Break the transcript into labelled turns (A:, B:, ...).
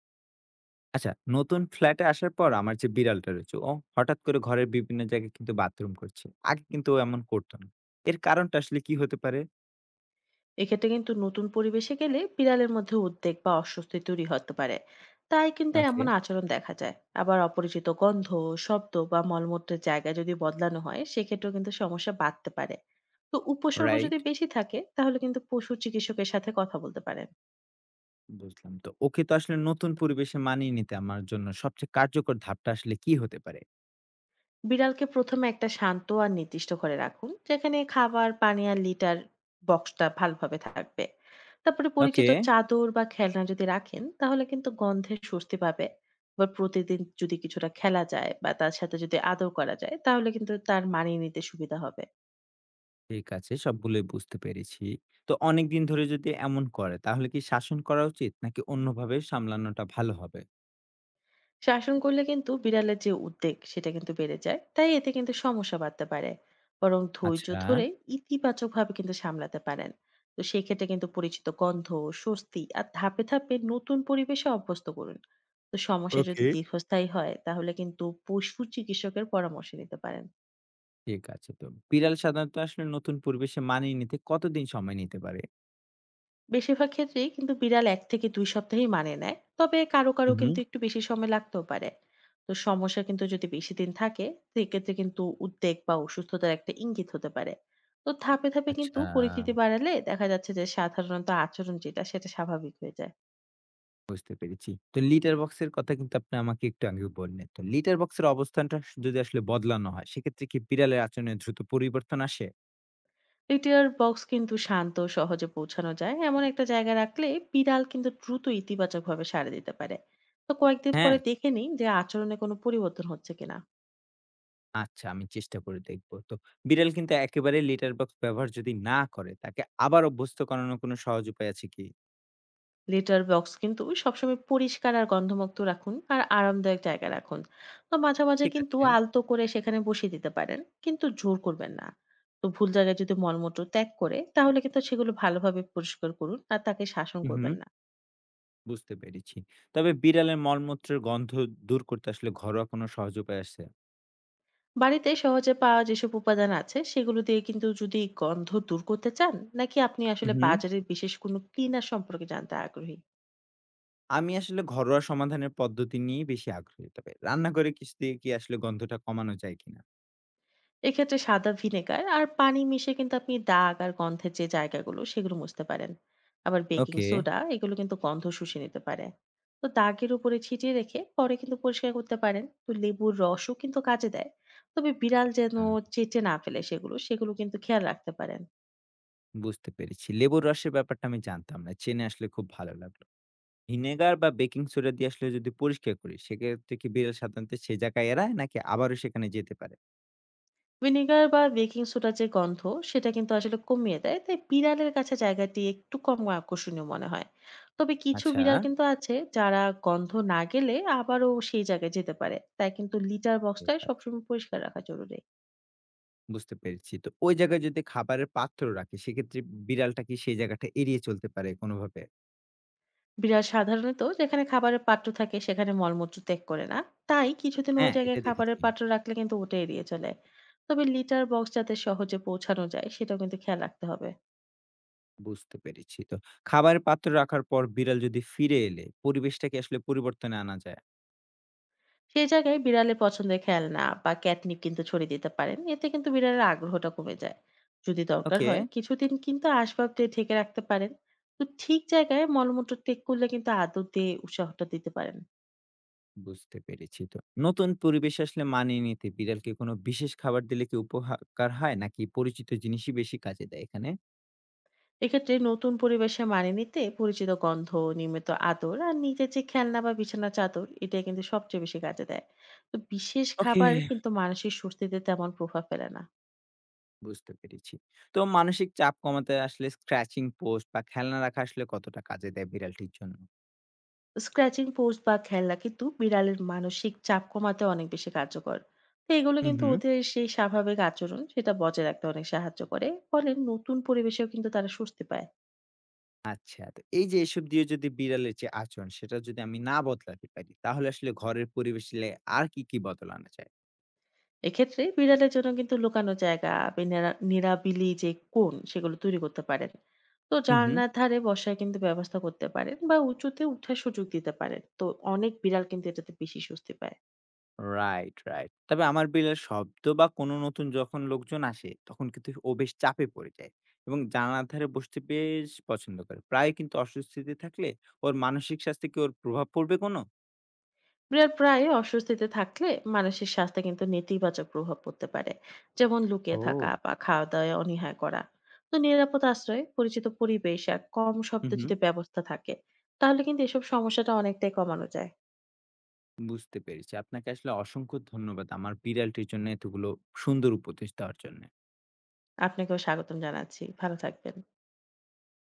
A: আচ্ছা, নতুন ফ্ল্যাটে আসার পর আমার যে বিড়ালটা রয়েছে, ও হঠাৎ করে ঘরের বিভিন্ন জায়গায় কিন্তু বাথরুম করছে। আগে কিন্তু ও এমন করতো না। এর কারণটা আসলে কি হতে পারে?
B: এক্ষেত্রে কিন্তু নতুন পরিবেশে গেলে বিড়ালের মধ্যে উদ্বেগ বা অস্বস্তি তৈরি হতে পারে। তাই কিন্তু
A: ওকে,
B: এমন আচরণ দেখা যায়। আবার অপরিচিত গন্ধ, শব্দ বা মলমূত্রের জায়গা যদি বদলানো হয় সেক্ষেত্রেও কিন্তু সমস্যা বাড়তে পারে। তো উপসর্গ যদি
A: রাইট
B: বেশি থাকে তাহলে কিন্তু পশু চিকিৎসকের সাথে কথা বলতে পারেন।
A: বুঝলাম। তো ওকে তো আসলে নতুন পরিবেশে মানিয়ে নিতে আমার জন্য সবচেয়ে কার্যকর ধাপটা আসলে কি হতে পারে?
B: বিড়ালকে প্রথমে একটা শান্ত আর নির্দিষ্ট ঘরে রাখুন যেখানে খাবার, পানি আর লিটার বক্সটা ভালোভাবে থাকবে। তারপরে
A: ওকে,
B: পরিচিত চাদর বা খেলনা যদি রাখেন তাহলে কিন্তু গন্ধে স্বস্তি পাবে। আবার প্রতিদিন যদি কিছুটা খেলা যায় বা তার সাথে যদি আদর করা যায় তাহলে কিন্তু তার মানিয়ে নিতে সুবিধা হবে।
A: ঠিক আছে, সবগুলোই বুঝতে পেরেছি। তো অনেকদিন ধরে যদি এমন করে তাহলে কি শাসন করা উচিত নাকি অন্যভাবে সামলানোটা ভালো হবে?
B: শাসন করলে কিন্তু বিড়ালের যে উদ্বেগ সেটা কিন্তু বেড়ে যায়, তাই এতে কিন্তু সমস্যা বাড়তে পারে। বরং ধৈর্য
A: আচ্ছা।
B: ধরে ইতিবাচক ভাবে কিন্তু সামলাতে পারেন। তো সেক্ষেত্রে কিন্তু পরিচিত গন্ধ, স্বস্তি আর ধাপে ধাপে নতুন পরিবেশে অভ্যস্ত করুন। তো সমস্যা যদি
A: ওকে।
B: দীর্ঘস্থায়ী হয় তাহলে কিন্তু পশু চিকিৎসকের পরামর্শ নিতে পারেন।
A: ঠিক আছে। তো বিড়াল সাধারণত আসলে নতুন পরিবেশে মানিয়ে নিতে কতদিন সময় নিতে পারে?
B: বেশিরভাগ ক্ষেত্রেই কিন্তু বিড়াল ১ থেকে ২ সপ্তাহেই মানিয়ে নেয়। তবে কারো,
A: হু,
B: কারো
A: হুম।
B: কিন্তু একটু বেশি সময় লাগতেও পারে। তো সমস্যা কিন্তু যদি বেশি দিন থাকে, সেক্ষেত্রে কিন্তু উদ্বেগ বা অসুস্থতার একটা ইঙ্গিত হতে পারে। তো ধাপে ধাপে কিন্তু
A: আচ্ছা,
B: পরিচিতি বাড়ালে দেখা যাচ্ছে যে সাধারণত আচরণ যেটা সেটা স্বাভাবিক হয়ে যায়।
A: বুঝতে পেরেছি। তো লিটার বক্সের কথা কিন্তু আপনি আমাকে একটু আগে বললেন। তো লিটার বক্সের অবস্থানটা যদি আসলে বদলানো হয়, সেক্ষেত্রে কি বিড়ালের আচরণে দ্রুত পরিবর্তন আসে?
B: লিটার বক্স কিন্তু শান্ত, সহজে পৌঁছানো যায় এমন একটা জায়গায় রাখলে বিড়াল কিন্তু দ্রুত ইতিবাচকভাবে সাড়া দিতে পারে। তো কয়েকদিন
A: হ্যাঁ।
B: পরে দেখে নিই যে আচরণে কোনো পরিবর্তন হচ্ছে কিনা।
A: আচ্ছা, আমি চেষ্টা করে দেখব। তো বিড়াল কিন্তু একেবারে লিটার বক্স ব্যবহার যদি না করে, তাকে আবার অভ্যস্ত করানোর কোনো সহজ উপায় আছে কি?
B: লেটার বক্স কিন্তু সবসময় পরিষ্কার আর গন্ধমুক্ত রাখুন আর আরামদায়ক জায়গায় রাখুন, বা মাঝে মাঝে
A: ঠিক
B: কিন্তু
A: আছে।
B: আলতো করে সেখানে বসিয়ে দিতে পারেন, কিন্তু জোর করবেন না। তো ভুল জায়গায় যদি মলমূত্র ত্যাগ করে তাহলে কিন্তু সেগুলো ভালোভাবে পরিষ্কার করুন আর তাকে শাসন
A: হু, হুম,
B: করবেন না।
A: বুঝতে পেরেছি। তবে বিড়ালের মলমূত্রের গন্ধ দূর করতে আসলে ঘরোয়া কোনো সহজ উপায় আছে?
B: বাড়িতে সহজে পাওয়া যেসব উপাদান আছে সেগুলো দিয়ে কিন্তু যদি গন্ধ দূর করতে চান, নাকি আপনি আসলে
A: উহু।
B: বাজারের বিশেষ কোনো ক্লিনার সম্পর্কে জানতে আগ্রহী?
A: আমি আসলে ঘরোয়া সমাধানের পদ্ধতি নিয়েই বেশি আগ্রহী। তবে রান্না করে কিছু দিয়ে কি আসলে গন্ধটা কমানো যায় কিনা?
B: এক্ষেত্রে সাদা ভিনেগার আর পানি মিশিয়ে কিন্তু আপনি দাগ আর গন্ধের যে জায়গাগুলো সেগুলো মুছতে পারেন। আবার বেকিং
A: ওকে।
B: সোডা এগুলো কিন্তু গন্ধ শুষে নিতে পারে। তো দাগের উপরে ছিটিয়ে রেখে পরে কিন্তু পরিষ্কার করতে পারেন। তো লেবুর রসও কিন্তু কাজে দেয়। তবে বিড়াল যেন
A: আ
B: চেটে না ফেলে সেগুলো সেগুলো কিন্তু খেয়াল রাখতে পারেন।
A: বুঝতে পেরেছি। লেবুর রসের ব্যাপারটা আমি জানতাম না। জেনে আসলে খুব ভালো লাগলো। ভিনেগার বা বেকিং সোডা দিয়ে আসলে যদি পরিষ্কার করি, সেক্ষেত্রে কি বিড়াল সাধারণত সে জায়গায় এড়ায় নাকি আবারও সেখানে যেতে পারে?
B: ভিনেগার বা বেকিং সোডার যে গন্ধ সেটা কিন্তু আসলে কমিয়ে দেয়, তাই বিড়ালের কাছে জায়গাটি একটু কম আকর্ষণীয় মনে হয়। তবে কিছু
A: আচ্ছা।
B: বিড়াল কিন্তু আছে যারা গন্ধ না গেলে আবারও সেই জায়গায় যেতে পারে, তাই কিন্তু লিটার
A: ঠিক
B: বক্সটাই
A: আছে,
B: সবসময় পরিষ্কার রাখা জরুরি।
A: বুঝতে পেরেছি। তো ওই জায়গায় যদি খাবারের পাত্র রাখি, সেক্ষেত্রে বিড়ালটা কি সেই জায়গাটা এড়িয়ে চলতে পারে কোনোভাবে?
B: বিড়াল সাধারণত যেখানে খাবারের পাত্র থাকে সেখানে মলমূত্র ত্যাগ করে না। তাই কিছুদিন ওই
A: হ্যাঁ,
B: জায়গায়
A: এটা
B: খাবারের
A: দেখেছি।
B: পাত্র রাখলে কিন্তু ওটা এড়িয়ে চলে। তবে লিটার বক্স যাতে সহজে পৌঁছানো যায় সেটাও কিন্তু খেয়াল রাখতে হবে।
A: বুঝতে পেরেছি। তো খাবারের পাত্র রাখার পর বিড়াল যদি ফিরে এলে পরিবেশটাকে আসলে পরিবর্তনে আনা যায়।
B: সেই জায়গায় বিড়ালের পছন্দের খেলনা বা ক্যাটনিপ কিন্তু ছড়িয়ে দিতে পারেন, এতে কিন্তু বিড়ালের আগ্রহটা কমে যায়। যদি দরকার
A: ওকে,
B: হয় কিছুদিন কিন্তু আসবাব দিয়ে ঢেকে রাখতে পারেন। তো ঠিক জায়গায় মলমূত্র ত্যাগ করলে কিন্তু আদর দিয়ে উৎসাহটা দিতে পারেন।
A: বুঝতে পেরেছি। তো নতুন পরিবেশে আসলে মানিয়ে নিতে বিড়ালকে কোনো বিশেষ খাবার দিলে কি উপহার হয় নাকি পরিচিত জিনিসই বেশি কাজে দেয় এখানে?
B: এক্ষেত্রে নতুন পরিবেশে মানিয়ে নিতে পরিচিত গন্ধ, নিয়মিত আদর আর নিজের যে খেলনা বা বিছানা চাদর, এটা কিন্তু সবচেয়ে বেশি কাজে দেয়। তো বিশেষ
A: ওকে,
B: খাবার কিন্তু মানসিক স্বস্তিতে তেমন প্রভাব ফেলে না।
A: বুঝতে পেরেছি। তো মানসিক চাপ কমাতে আসলে স্ক্র্যাচিং পোস্ট বা খেলনা রাখা আসলে কতটা কাজে দেয় বিড়ালটির জন্য?
B: স্ক্র্যাচিং পোস্ট বা খেলনা কিন্তু বিড়ালের মানসিক চাপ কমাতে অনেক বেশি কার্যকর। তো এগুলো
A: হুম,
B: কিন্তু
A: হুম।
B: ওদের সেই স্বাভাবিক আচরণ সেটা বজায় রাখতে অনেক সাহায্য করে, ফলে নতুন পরিবেশেও কিন্তু তারা স্বস্তি পায়।
A: আচ্ছা। তো এই যে এসব দিয়ে যদি বিড়ালের যে আচরণ সেটা যদি আমি না বদলাতে পারি তাহলে আসলে ঘরের পরিবেশে আর কি বদল আনা যায়?
B: এক্ষেত্রে বিড়ালের জন্য কিন্তু লুকানো জায়গা বা নিরাবিলি যে কোণ সেগুলো তৈরি করতে পারেন। তো
A: হুম, হুম।
B: জানলার ধারে বসার কিন্তু ব্যবস্থা করতে পারেন, বা উঁচুতে উঠার সুযোগ দিতে পারেন। তো অনেক বিড়াল কিন্তু এটাতে বেশি স্বস্তি পায়।
A: Right, right. তবে আমার বিড়ালের শব্দ বা কোনো নতুন যখন লোকজন আসে, তখন কিন্তু ও বেশ চাপে পড়ে যায় এবং জানালার ধারে বসতে বেশ পছন্দ করে। প্রায় কিন্তু অস্বস্তিতে থাকলে ওর মানসিক স্বাস্থ্যে কি ওর প্রভাব পড়বে কোনো?
B: বিড়াল প্রায়ই অস্বস্তিতে থাকলে মানসিক স্বাস্থ্যে কিন্তু নেতিবাচক প্রভাব পড়তে পারে, যেমন লুকিয়ে থাকা
A: ও!
B: বা খাওয়া দাওয়ায় অনীহা করা। তো নিরাপদ আশ্রয়, পরিচিত পরিবেশ আর কম
A: হুম,
B: শব্দে
A: হুম।
B: যদি ব্যবস্থা থাকে তাহলে কিন্তু এসব সমস্যাটা অনেকটাই কমানো যায়।
A: বুঝতে পেরেছি। আপনাকে আসলে অসংখ্য ধন্যবাদ আমার বিড়ালটির জন্য এতগুলো সুন্দর উপদেশ দেওয়ার জন্যে।
B: আপনাকেও স্বাগতম জানাচ্ছি। ভালো থাকবেন।